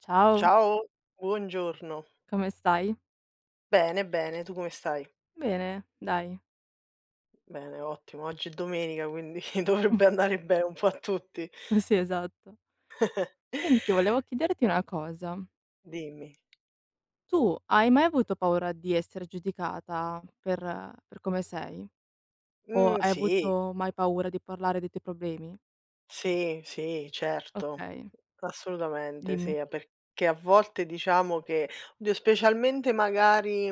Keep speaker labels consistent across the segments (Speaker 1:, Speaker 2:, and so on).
Speaker 1: Ciao,
Speaker 2: Ciao, buongiorno.
Speaker 1: come stai?
Speaker 2: Bene, bene, tu come stai?
Speaker 1: Bene, dai.
Speaker 2: Bene, ottimo. Oggi è domenica, quindi dovrebbe andare bene un po' a tutti.
Speaker 1: Sì, esatto. Senti, volevo chiederti una cosa.
Speaker 2: Dimmi.
Speaker 1: Tu hai mai avuto paura di essere giudicata per come sei? O hai
Speaker 2: Sì,
Speaker 1: avuto mai paura di parlare dei tuoi problemi?
Speaker 2: sì, sì, certo.
Speaker 1: Okay,
Speaker 2: Assolutamente sì,
Speaker 1: dimmi.
Speaker 2: a perché a volte diciamo che oddio, specialmente magari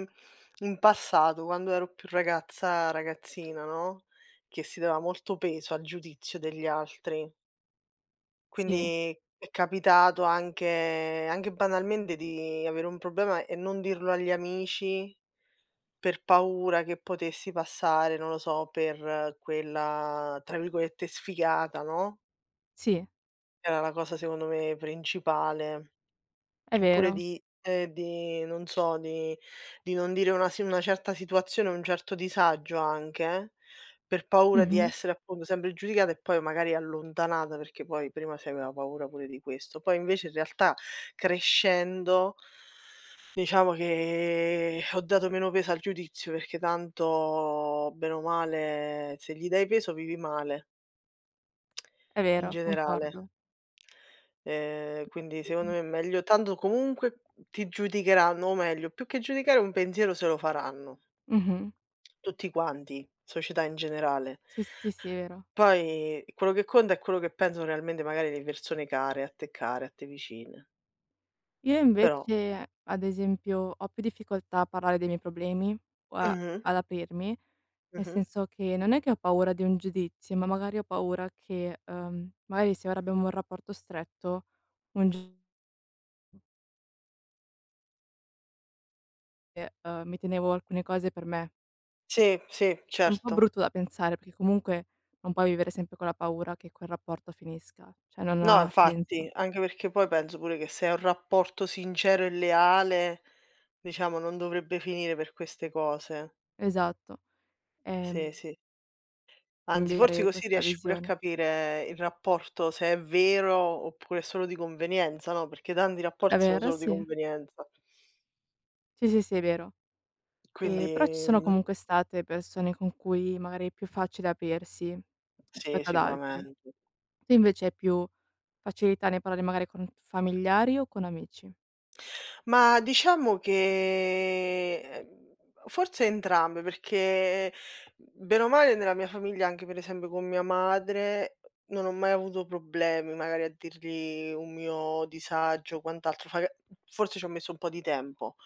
Speaker 2: in passato, quando ero più ragazza ragazzina, no, che si dava molto peso al giudizio degli altri.
Speaker 1: Sì,
Speaker 2: Quindi è capitato anche banalmente di avere un problema e non dirlo agli amici per paura che potessi passare, non lo so, per quella tra virgolette "sfigata", no,
Speaker 1: sì,
Speaker 2: era la cosa secondo me principale.
Speaker 1: è
Speaker 2: Oppure
Speaker 1: vero.
Speaker 2: di non so, di non dire una certa situazione, un certo disagio anche, per paura di
Speaker 1: Mh-mh,
Speaker 2: essere appunto sempre giudicata e poi magari allontanata, perché poi prima si aveva paura pure di questo. Poi invece in realtà crescendo, diciamo che ho dato meno peso al giudizio, perché tanto bene o male se gli dai peso vivi male,
Speaker 1: è
Speaker 2: in
Speaker 1: vero,
Speaker 2: generale.
Speaker 1: concordo.
Speaker 2: Quindi secondo
Speaker 1: Mh-mh.
Speaker 2: me è meglio, tanto comunque ti giudicheranno, o meglio, più che giudicare un pensiero se lo faranno,
Speaker 1: Mh-mh.
Speaker 2: tutti quanti, società in generale.
Speaker 1: Sì, sì, sì, è vero.
Speaker 2: Poi quello che conta è quello che pensano realmente magari le persone care, a te vicine.
Speaker 1: Io
Speaker 2: Però
Speaker 1: invece, ad esempio, ho più difficoltà a parlare dei miei problemi o a
Speaker 2: mh-mh,
Speaker 1: ad aprirmi, nel
Speaker 2: mh-mh.
Speaker 1: senso che non è che ho paura di un giudizio, ma magari ho paura che, magari se ora abbiamo un rapporto stretto, un gi che, mi tenevo alcune cose per me.
Speaker 2: Sì, sì,
Speaker 1: È un po'
Speaker 2: certo.
Speaker 1: brutto da pensare, perché comunque non puoi vivere sempre con la paura che quel rapporto finisca, cioè non
Speaker 2: No,
Speaker 1: ha
Speaker 2: infatti,
Speaker 1: senso.
Speaker 2: anche perché poi penso pure che se è un rapporto sincero e leale, diciamo non dovrebbe finire per queste cose.
Speaker 1: Esatto.
Speaker 2: Sì,
Speaker 1: Ehm,
Speaker 2: sì. Anzi, forse
Speaker 1: cambiare
Speaker 2: così
Speaker 1: questa
Speaker 2: riesci pure a
Speaker 1: visione.
Speaker 2: capire il rapporto se è vero oppure è solo di convenienza, no, perché tanti
Speaker 1: È
Speaker 2: rapporti sono
Speaker 1: vero,
Speaker 2: solo di
Speaker 1: sì.
Speaker 2: convenienza.
Speaker 1: Sì, sì, sì, è vero.
Speaker 2: Quindi,
Speaker 1: Però ci sono
Speaker 2: mhmm,
Speaker 1: comunque state persone con cui magari è più facile aprirsi
Speaker 2: sì,
Speaker 1: rispetto ad altri.
Speaker 2: sicuramente.
Speaker 1: Tu invece hai più facilità nel parlare magari con familiari o con amici?
Speaker 2: Ma diciamo che, forse entrambe, perché bene o male nella mia famiglia, anche per esempio con mia madre, non ho mai avuto problemi magari a dirgli un mio disagio o quant'altro. Faga Forse ci ho messo un po' di tempo,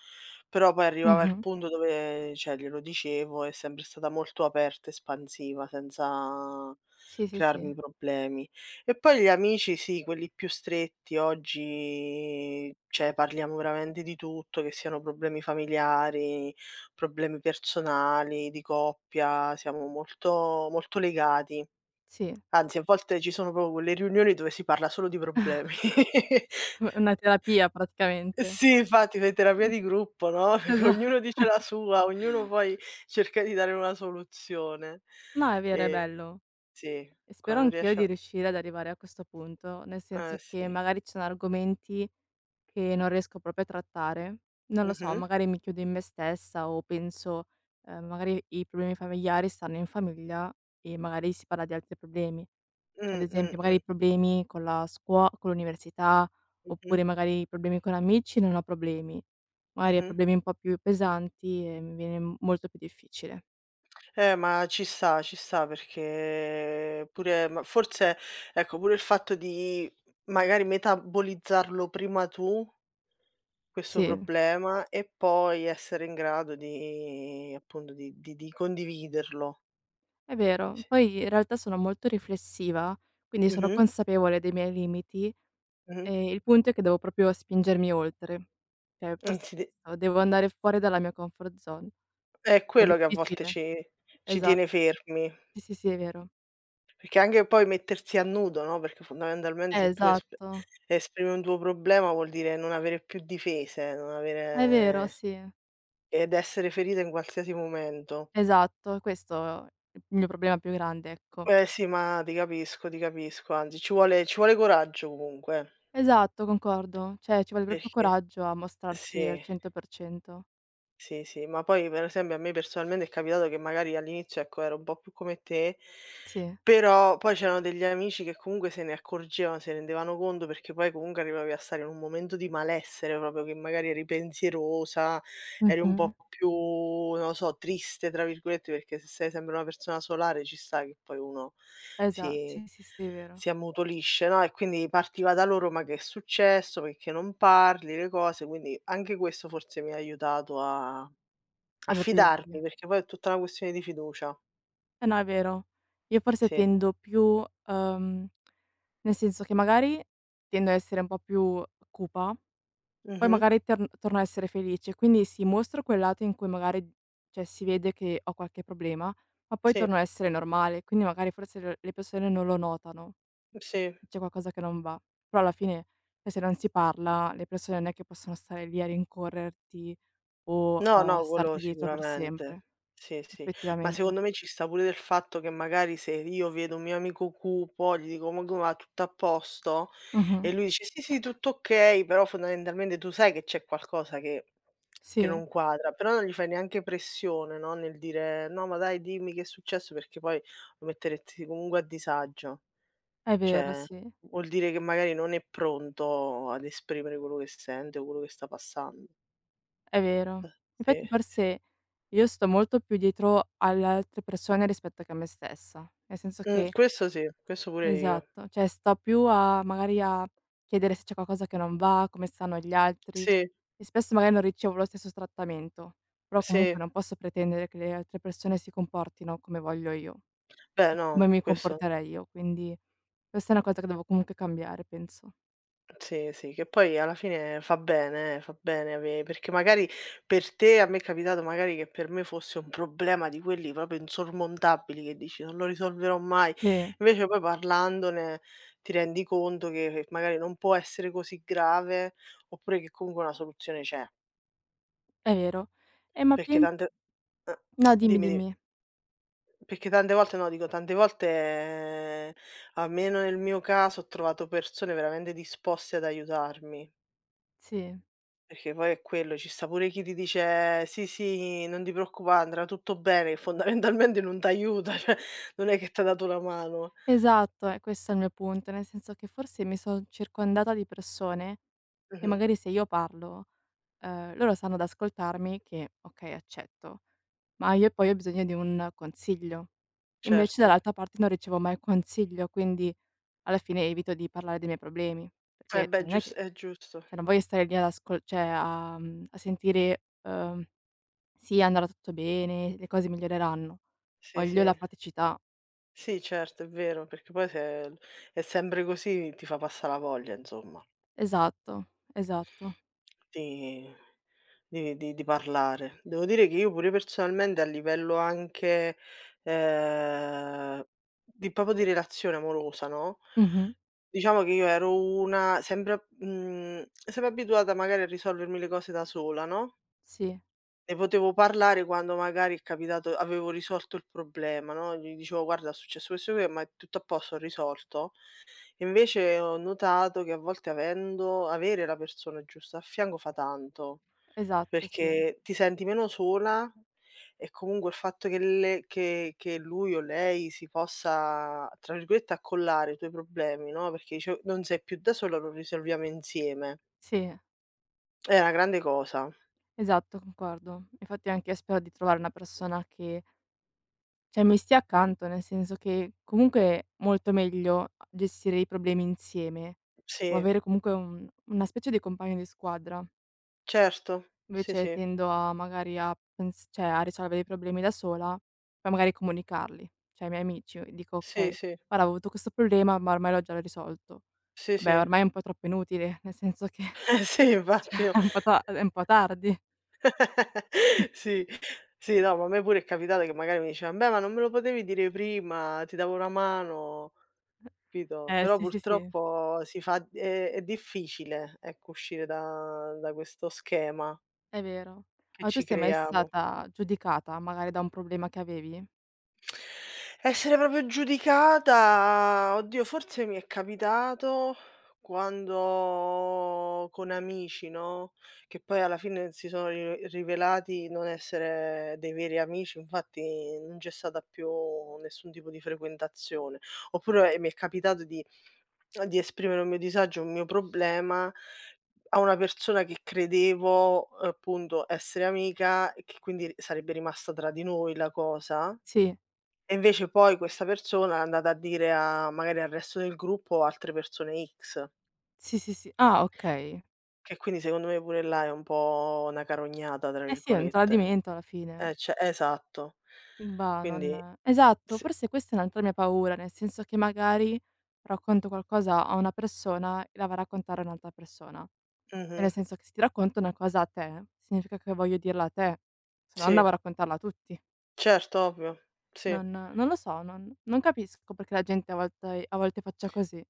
Speaker 2: però poi arrivava il
Speaker 1: Mh-mh.
Speaker 2: punto dove, cioè, glielo dicevo, è sempre stata molto aperta, espansiva, senza
Speaker 1: Sì, sì, sì.
Speaker 2: crearmi problemi. E poi gli amici sì, quelli più stretti oggi cioè parliamo veramente di tutto, che siano problemi familiari, problemi personali, di coppia, siamo molto molto legati.
Speaker 1: Sì.
Speaker 2: Anzi, a volte ci sono proprio quelle riunioni dove si parla solo di problemi.
Speaker 1: Una terapia praticamente.
Speaker 2: Sì, infatti fai terapia di gruppo, no, perché
Speaker 1: Esa
Speaker 2: ognuno dice la sua, ognuno poi cerca di dare una soluzione.
Speaker 1: no, è vero, è
Speaker 2: E
Speaker 1: bello.
Speaker 2: sì,
Speaker 1: E spero
Speaker 2: quando
Speaker 1: anch'io
Speaker 2: riesce
Speaker 1: di
Speaker 2: a
Speaker 1: riuscire ad arrivare a questo punto, nel senso
Speaker 2: eh
Speaker 1: che
Speaker 2: sì.
Speaker 1: magari ci sono argomenti che non riesco proprio a trattare. Non lo so,
Speaker 2: Mh-mh.
Speaker 1: magari mi chiudo in me stessa o penso, magari i problemi familiari stanno in famiglia e magari si parla di altri problemi. Cioè,
Speaker 2: Mh,
Speaker 1: ad
Speaker 2: mh,
Speaker 1: esempio, magari
Speaker 2: mh.
Speaker 1: i problemi con la scuola, con l'università,
Speaker 2: Mh-mh,
Speaker 1: oppure magari i problemi con amici, non ho problemi. Magari ho
Speaker 2: mh-mh.
Speaker 1: problemi un po' più pesanti e mi viene molto più difficile.
Speaker 2: Ma ci sta perché pure ma forse ecco, pure il fatto di magari metabolizzarlo prima tu, questo
Speaker 1: Sì.
Speaker 2: problema, e poi essere in grado di appunto di condividerlo.
Speaker 1: È vero.
Speaker 2: Sì.
Speaker 1: Poi in realtà sono molto riflessiva, quindi sono
Speaker 2: Mh-mh,
Speaker 1: consapevole dei miei limiti,
Speaker 2: mh-mh.
Speaker 1: e il punto è che devo proprio spingermi oltre. Cioè forse
Speaker 2: Anzi de
Speaker 1: questo, devo andare fuori dalla mia comfort zone.
Speaker 2: È
Speaker 1: È
Speaker 2: quello che a volte
Speaker 1: difficile.
Speaker 2: ci
Speaker 1: Esatto.
Speaker 2: tiene fermi.
Speaker 1: Sì, sì, sì, è vero.
Speaker 2: Perché anche poi mettersi a nudo, no, perché fondamentalmente se tu
Speaker 1: Esatto.
Speaker 2: esprimi un tuo problema vuol dire non avere più difese, non
Speaker 1: È vero,
Speaker 2: avere
Speaker 1: sì.
Speaker 2: ed essere ferita in qualsiasi momento.
Speaker 1: Esatto, questo è il mio problema più grande, ecco.
Speaker 2: Eh sì, ma ti capisco, anzi ci vuole coraggio comunque,
Speaker 1: Esatto, concordo. Cioè ci vuole proprio
Speaker 2: perché
Speaker 1: coraggio a mostrarsi al
Speaker 2: sì.
Speaker 1: 100%.
Speaker 2: Sì, sì, ma poi per esempio a me personalmente è capitato che magari all'inizio, ecco, ero un po' più come te,
Speaker 1: Sì.
Speaker 2: però poi c'erano degli amici che comunque se ne accorgevano, se ne rendevano conto perché poi comunque arrivavi a stare in un momento di malessere proprio che magari eri pensierosa, eri un
Speaker 1: Mh-mh.
Speaker 2: po' più, non lo so, "triste" tra virgolette, perché se sei sempre una persona solare ci sta che poi uno
Speaker 1: Esa
Speaker 2: si
Speaker 1: sì, sì, sì, è vero.
Speaker 2: si ammutolisce, no, e quindi partiva da loro: "Ma che è successo? Perché non parli?" Le cose, quindi anche questo forse mi ha aiutato a
Speaker 1: Ad aprirti.
Speaker 2: fidarmi, perché poi è tutta una questione di fiducia.
Speaker 1: Eh no, è vero. Io forse
Speaker 2: Sì.
Speaker 1: tendo più nel senso che magari tendo a essere un po' più cupa, poi
Speaker 2: Mh-mh.
Speaker 1: magari torno a essere felice, quindi sì, mostro quel lato in cui magari, cioè, si vede che ho qualche problema, ma poi
Speaker 2: Sì,
Speaker 1: torno a essere normale, quindi magari forse l le persone non lo notano,
Speaker 2: sì.
Speaker 1: che c'è qualcosa che non va. Però alla fine, cioè, se non si parla le persone non è che possono stare lì a rincorrerti o
Speaker 2: No,
Speaker 1: a
Speaker 2: no, quello
Speaker 1: starti dietro per
Speaker 2: sicuramente.
Speaker 1: sempre,
Speaker 2: Sì, sì. Ma
Speaker 1: effettivamente.
Speaker 2: secondo me ci sta pure del fatto che magari se io vedo un mio amico cupo, gli dico: "Ma come va, tutto a posto?"
Speaker 1: Mh-mh.
Speaker 2: E lui dice: "Sì, sì, tutto okay", però fondamentalmente tu sai che c'è qualcosa che
Speaker 1: Sì.
Speaker 2: non quadra, però non gli fai neanche pressione, no, nel dire: "No, ma dai dimmi che è successo", perché poi lo metteresti comunque a disagio.
Speaker 1: È vero,
Speaker 2: Cioè,
Speaker 1: sì,
Speaker 2: vuol dire che magari non è pronto ad esprimere quello che sente o quello che sta passando.
Speaker 1: è vero.
Speaker 2: Eh,
Speaker 1: Infatti
Speaker 2: sì. Sì.
Speaker 1: forse io sto molto più dietro alle altre persone rispetto che a me stessa. Nel senso che
Speaker 2: Questo sì, questo pure io.
Speaker 1: esatto, cioè sto più a magari a chiedere se c'è qualcosa che non va, come stanno gli altri
Speaker 2: Sì,
Speaker 1: e spesso magari non ricevo lo stesso trattamento, però
Speaker 2: sì.
Speaker 1: comunque non posso pretendere che le altre persone si comportino come voglio io,
Speaker 2: Beh
Speaker 1: o
Speaker 2: no,
Speaker 1: come mi
Speaker 2: questo
Speaker 1: comporterei io, quindi questa è una cosa che devo comunque cambiare penso.
Speaker 2: sì, sì, che poi alla fine fa bene ave perché magari per te a me è capitato magari che per me fosse un problema di quelli proprio insormontabili, che dici: "Non lo risolverò mai".
Speaker 1: Sì,
Speaker 2: Invece poi parlandone ti rendi conto che magari non può essere così grave, oppure che comunque una soluzione c'è,
Speaker 1: è vero. Ma
Speaker 2: perché
Speaker 1: pen
Speaker 2: tante eh,
Speaker 1: no, dimmi,
Speaker 2: dimmi, di
Speaker 1: dimmi.
Speaker 2: perché tante volte no, dico tante volte, almeno nel mio caso, ho trovato persone veramente disposte ad aiutarmi,
Speaker 1: Sì.
Speaker 2: perché poi è quello, ci sta pure chi ti dice: "Sì, sì, non ti preoccupare, andrà tutto bene", che fondamentalmente non t'aiuta, cioè non è che t'ha dato una mano.
Speaker 1: Esatto, questo è il mio punto, nel senso che forse mi son circondata di persone che
Speaker 2: Mh-mh,
Speaker 1: magari se io parlo, loro sanno ad ascoltarmi che okay, accetto, ma io poi ho bisogno di un consiglio. Invece
Speaker 2: certo.
Speaker 1: dall'altra parte non ricevo mai consiglio, quindi alla fine evito di parlare dei miei problemi,
Speaker 2: Eh
Speaker 1: perché
Speaker 2: beh, gius è giusto.
Speaker 1: cioè non voglio stare lì ad ascol cioè a mhmm, a sentire, "Sì, andrà tutto bene, le cose miglioreranno."
Speaker 2: Sì,
Speaker 1: Voglio la
Speaker 2: sì.
Speaker 1: praticità.
Speaker 2: Sì certo, è vero, perché poi se è sempre così ti fa passa la voglia, insomma.
Speaker 1: Esatto, esatto.
Speaker 2: Di di parlare. Devo dire che io pure personalmente a livello anche, ehm, di proprio di relazione amorosa, no,
Speaker 1: Mh-mh.
Speaker 2: diciamo che io ero sempre abituata magari a risolvermi le cose da sola, no,
Speaker 1: Sì,
Speaker 2: ne potevo parlare quando magari è capitato avevo risolto il problema, no, gli dicevo: "Guarda è successo questo qui, ma è tutto a posto, ho risolto". Invece ho notato che a volte avendo avere la persona giusta a fianco fa tanto.
Speaker 1: esatto, sì.
Speaker 2: Perché ti senti meno sola e comunque il fatto che le che lui o lei si possa, tra virgolette, "accollare" i tuoi problemi, no, perché dice: "Oh, "Non sei più da sola, lo risolviamo insieme."
Speaker 1: Sì,
Speaker 2: È una grande cosa.
Speaker 1: esatto, concordo. Infatti anch'io spero di trovare una persona che cioè mi stia accanto, nel senso che comunque è molto meglio gestire i problemi insieme o
Speaker 2: Sì,
Speaker 1: avere comunque un una specie di compagno di squadra.
Speaker 2: certo. Sì,
Speaker 1: Invece
Speaker 2: sì.
Speaker 1: tendo a magari a pens cioè a risolvere i problemi da sola, poi magari comunicarli, cioè ai miei amici e dico:
Speaker 2: Sì,
Speaker 1: "Okay,
Speaker 2: sì.
Speaker 1: guarda ho avuto questo problema, ma ormai l'ho già risolto".
Speaker 2: Sì,
Speaker 1: Vabbè
Speaker 2: sì.
Speaker 1: ormai è un po' troppo inutile, nel senso che
Speaker 2: Eh sì, infatti no.
Speaker 1: È un po' tardi.
Speaker 2: Sì. Sì, no, ma a me pure è capitato che magari mi diceva: "Beh, ma non me lo potevi dire prima? Ti davo una mano." Capito?
Speaker 1: Eh
Speaker 2: Però
Speaker 1: sì, sì, sì,
Speaker 2: purtroppo si fa è difficile, ecco, uscire da questo schema
Speaker 1: è vero.
Speaker 2: che
Speaker 1: Ma tu
Speaker 2: ci
Speaker 1: sei mai
Speaker 2: creiamo.
Speaker 1: stata giudicata magari da un problema che avevi?
Speaker 2: Essere proprio giudicata, oddio forse mi è capitato quando con amici, no, che poi alla fine si sono ri rivelati non essere dei veri amici, infatti non c'è stata più nessun tipo di frequentazione. Oppure mi è capitato di esprimere un mio disagio, un mio problema a una persona che credevo, appunto, essere amica e che quindi sarebbe rimasta tra di noi la cosa
Speaker 1: Sì,
Speaker 2: e invece poi questa persona è andata a dire a magari al resto del gruppo altre persone X,
Speaker 1: sì, sì, sì. Ah okay.
Speaker 2: che quindi secondo me pure là è un po' "una carognata" tra
Speaker 1: Eh sì, è un
Speaker 2: virgolette.
Speaker 1: tradimento alla fine.
Speaker 2: Ce esatto.
Speaker 1: Bah,
Speaker 2: Quindi
Speaker 1: non esatto,
Speaker 2: sì,
Speaker 1: forse questa è un'altra mia paura, nel senso che magari racconto qualcosa a una persona e la va a raccontare a un'altra persona. Cioè
Speaker 2: mh-mh,
Speaker 1: nel senso che se ti racconto una cosa a te, significa che voglio dirla a te, se no
Speaker 2: sì,
Speaker 1: andavo a raccontarla a tutti.
Speaker 2: certo, ovvio, sì.
Speaker 1: Non lo so, non capisco perché la gente a volte faccia così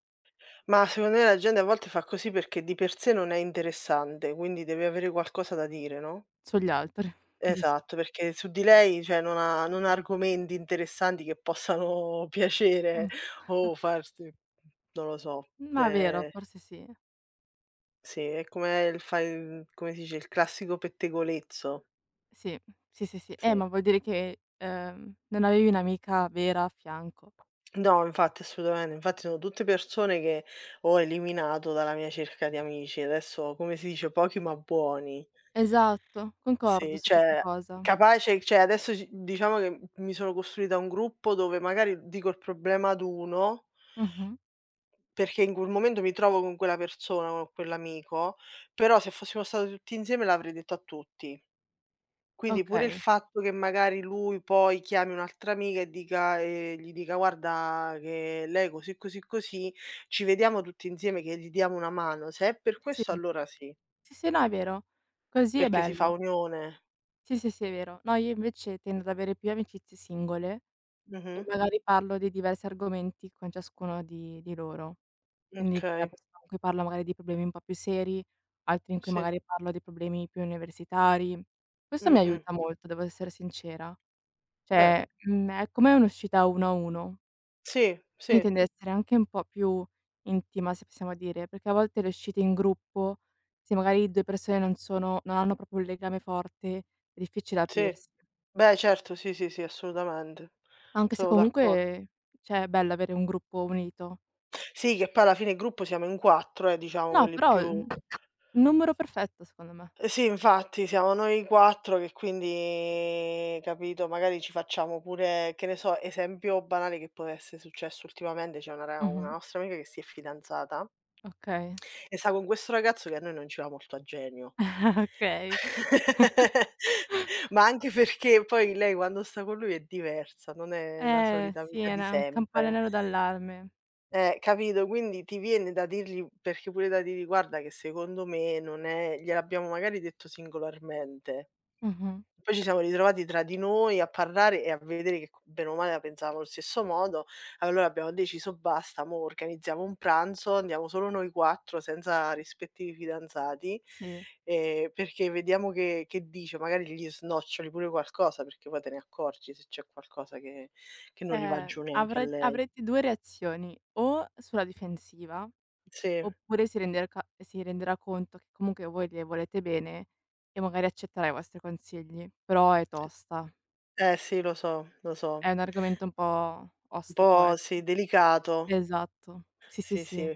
Speaker 2: Ma secondo me la gente a volte fa così perché di per sé non è interessante, quindi deve avere qualcosa da dire, no?
Speaker 1: sugli altri. Giust
Speaker 2: Esatto, perché su di lei, cioè non ha argomenti interessanti che possano piacere
Speaker 1: mh.
Speaker 2: o farti non lo so,
Speaker 1: Ma è vero,
Speaker 2: ehm,
Speaker 1: forse sì.
Speaker 2: sì, è come il come si dice, il classico pettegolezzo.
Speaker 1: Sì, sì, sì, sì.
Speaker 2: Sì.
Speaker 1: Ma vuol dire che, non avevi un'amica vera a fianco.
Speaker 2: No, infatti, assolutamente. Infatti sono tutte persone che ho eliminato dalla mia cerca di amici. Adesso, come si dice, pochi ma buoni.
Speaker 1: Esatto, concordo
Speaker 2: Sì,
Speaker 1: su questa
Speaker 2: cioè
Speaker 1: cosa.
Speaker 2: capace cioè adesso ci diciamo che mi sono costruita un gruppo dove magari dico il problema ad uno.
Speaker 1: Mh-mh.
Speaker 2: Perché in quel momento mi trovo con quella persona, con quell'amico, però se fossimo stati tutti insieme l'avrei detto a tutti. Quindi pure il
Speaker 1: Okay.
Speaker 2: fatto che magari lui poi chiami un'altra amica e dica e gli dica: "Guarda che lei così, così, così, ci vediamo tutti insieme che gli diamo una mano." Se è per
Speaker 1: Sì.
Speaker 2: questo allora sì,
Speaker 1: Sì, sì, no, è vero. Così è
Speaker 2: perché si fa
Speaker 1: bello.
Speaker 2: unione.
Speaker 1: Sì, sì, sì, è vero. No, io invece tendo ad avere più amicizie singole e
Speaker 2: Mh-mh.
Speaker 1: magari parlo di diversi argomenti con ciascuno di loro. Quindi c'è la
Speaker 2: Okay,
Speaker 1: persona con cui parlo magari di problemi un po' più seri, altri in cui
Speaker 2: sì.
Speaker 1: magari parlo di problemi più universitari. Questo mi
Speaker 2: Mh-mh.
Speaker 1: aiuta molto, devo essere sincera.
Speaker 2: Beh,
Speaker 1: Cioè, mhmm, è come un'uscita uno a uno,
Speaker 2: sì,
Speaker 1: quindi
Speaker 2: sì,
Speaker 1: tende a essere anche un po' più intima, se possiamo dire, perché a volte le uscite in gruppo, se magari 2 persone non hanno proprio un legame forte, è difficile
Speaker 2: sì.
Speaker 1: aprirsi.
Speaker 2: Beh certo, sì, sì, sì, assolutamente.
Speaker 1: Anche se
Speaker 2: Sono d'accordo.
Speaker 1: comunque, cioè, è bello avere un gruppo unito.
Speaker 2: Sì, che poi alla fine il gruppo siamo in 4 diciamo
Speaker 1: No,
Speaker 2: quelli
Speaker 1: però,
Speaker 2: più
Speaker 1: mhmm, il numero perfetto secondo me.
Speaker 2: sì infatti siamo noi 4 che quindi capito, magari ci facciamo pure che ne so, esempio banale che può essere successo ultimamente, c'è una
Speaker 1: Mh-mh.
Speaker 2: nostra amica che si è fidanzata
Speaker 1: Okay.
Speaker 2: e sta con questo ragazzo che a noi non ci va molto a genio.
Speaker 1: Okay.
Speaker 2: Ma anche perché poi lei quando sta con lui è diversa, non è la solita
Speaker 1: Sì,
Speaker 2: amica
Speaker 1: è
Speaker 2: di
Speaker 1: una un
Speaker 2: sempre.
Speaker 1: campanello d'allarme.
Speaker 2: Capito, quindi ti viene da dirgli perché pure da dirgli: "Guarda che secondo me non è" gliel'abbiamo magari detto singolarmente.
Speaker 1: Mh-mh.
Speaker 2: Poi ci siamo ritrovati tra di noi a parlare e a vedere che co bene o male la pensavamo allo stesso modo, allora abbiamo deciso: "Basta, mo' organizziamo un pranzo, andiamo solo noi 4 senza rispettivi fidanzati,
Speaker 1: Sì.
Speaker 2: perché vediamo che dice, magari gli snoccioli pure qualcosa", perché poi te ne accorgi se c'è qualcosa che non gli va giù neanche a lei.
Speaker 1: Avrete 2 reazioni: o sulla difensiva,
Speaker 2: Sì.
Speaker 1: oppure si renderà conto che comunque voi le volete bene e magari accetterà i vostri consigli, però è tosta.
Speaker 2: Eh sì, lo so, lo so.
Speaker 1: È un argomento un po'
Speaker 2: Un
Speaker 1: ostico,
Speaker 2: po'
Speaker 1: ecco.
Speaker 2: sì, delicato.
Speaker 1: Esatto. Sì, sì,
Speaker 2: Sì,
Speaker 1: sì.
Speaker 2: sì.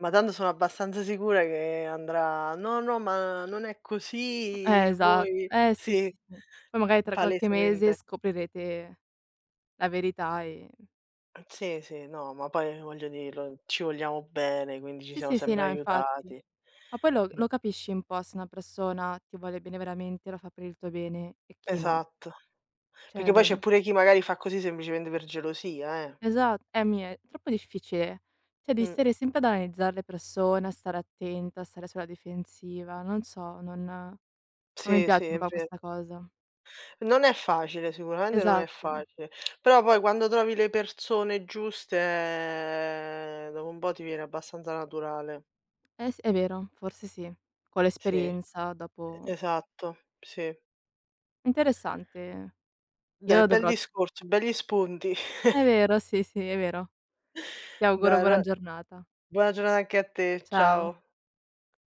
Speaker 2: Ma tanto sono abbastanza sicura che andrà: "No, no, ma non è così,
Speaker 1: Esa
Speaker 2: voi"
Speaker 1: sì,
Speaker 2: sì,
Speaker 1: sì, sì. Poi magari tra qualche mese
Speaker 2: palesemente.
Speaker 1: scoprirete la verità e
Speaker 2: Sì, sì, no, ma poi voglio dirlo, ci vogliamo bene, quindi ci
Speaker 1: Sì,
Speaker 2: siamo
Speaker 1: sì, sì,
Speaker 2: sempre
Speaker 1: no, infatti.
Speaker 2: aiutati.
Speaker 1: Ma poi
Speaker 2: Quin
Speaker 1: lo capisci un po' se una persona ti vuole bene veramente, lo fa per il tuo bene e chi no.
Speaker 2: Esatto. Perché
Speaker 1: Cioè
Speaker 2: poi c'è
Speaker 1: dal
Speaker 2: pure chi magari fa così semplicemente per gelosia, eh.
Speaker 1: esa mi è troppo difficile. Cioè devi
Speaker 2: Mh.
Speaker 1: stare sempre ad analizzare le persone, a stare attenta, a stare sulla difensiva, non so, non mi
Speaker 2: Sì, sì,
Speaker 1: piace un
Speaker 2: è
Speaker 1: po'
Speaker 2: ve
Speaker 1: questa cosa.
Speaker 2: non è facile, sicuramente non è
Speaker 1: Esatto.
Speaker 2: facile, però poi quando trovi le persone giuste, dopo un po' ti viene abbastanza naturale.
Speaker 1: S è vero, forse sì. Con
Speaker 2: Sì, e
Speaker 1: l'esperienza dopo
Speaker 2: esatto, sì.
Speaker 1: interessante.
Speaker 2: Dai,
Speaker 1: Io
Speaker 2: bel
Speaker 1: dovrò
Speaker 2: discorso, belli spunti.
Speaker 1: è vero, sì, sì, è vero. Ti auguro
Speaker 2: Dai,
Speaker 1: buona
Speaker 2: allora
Speaker 1: giornata.
Speaker 2: buona giornata anche a te.
Speaker 1: Ciao.
Speaker 2: Ciao.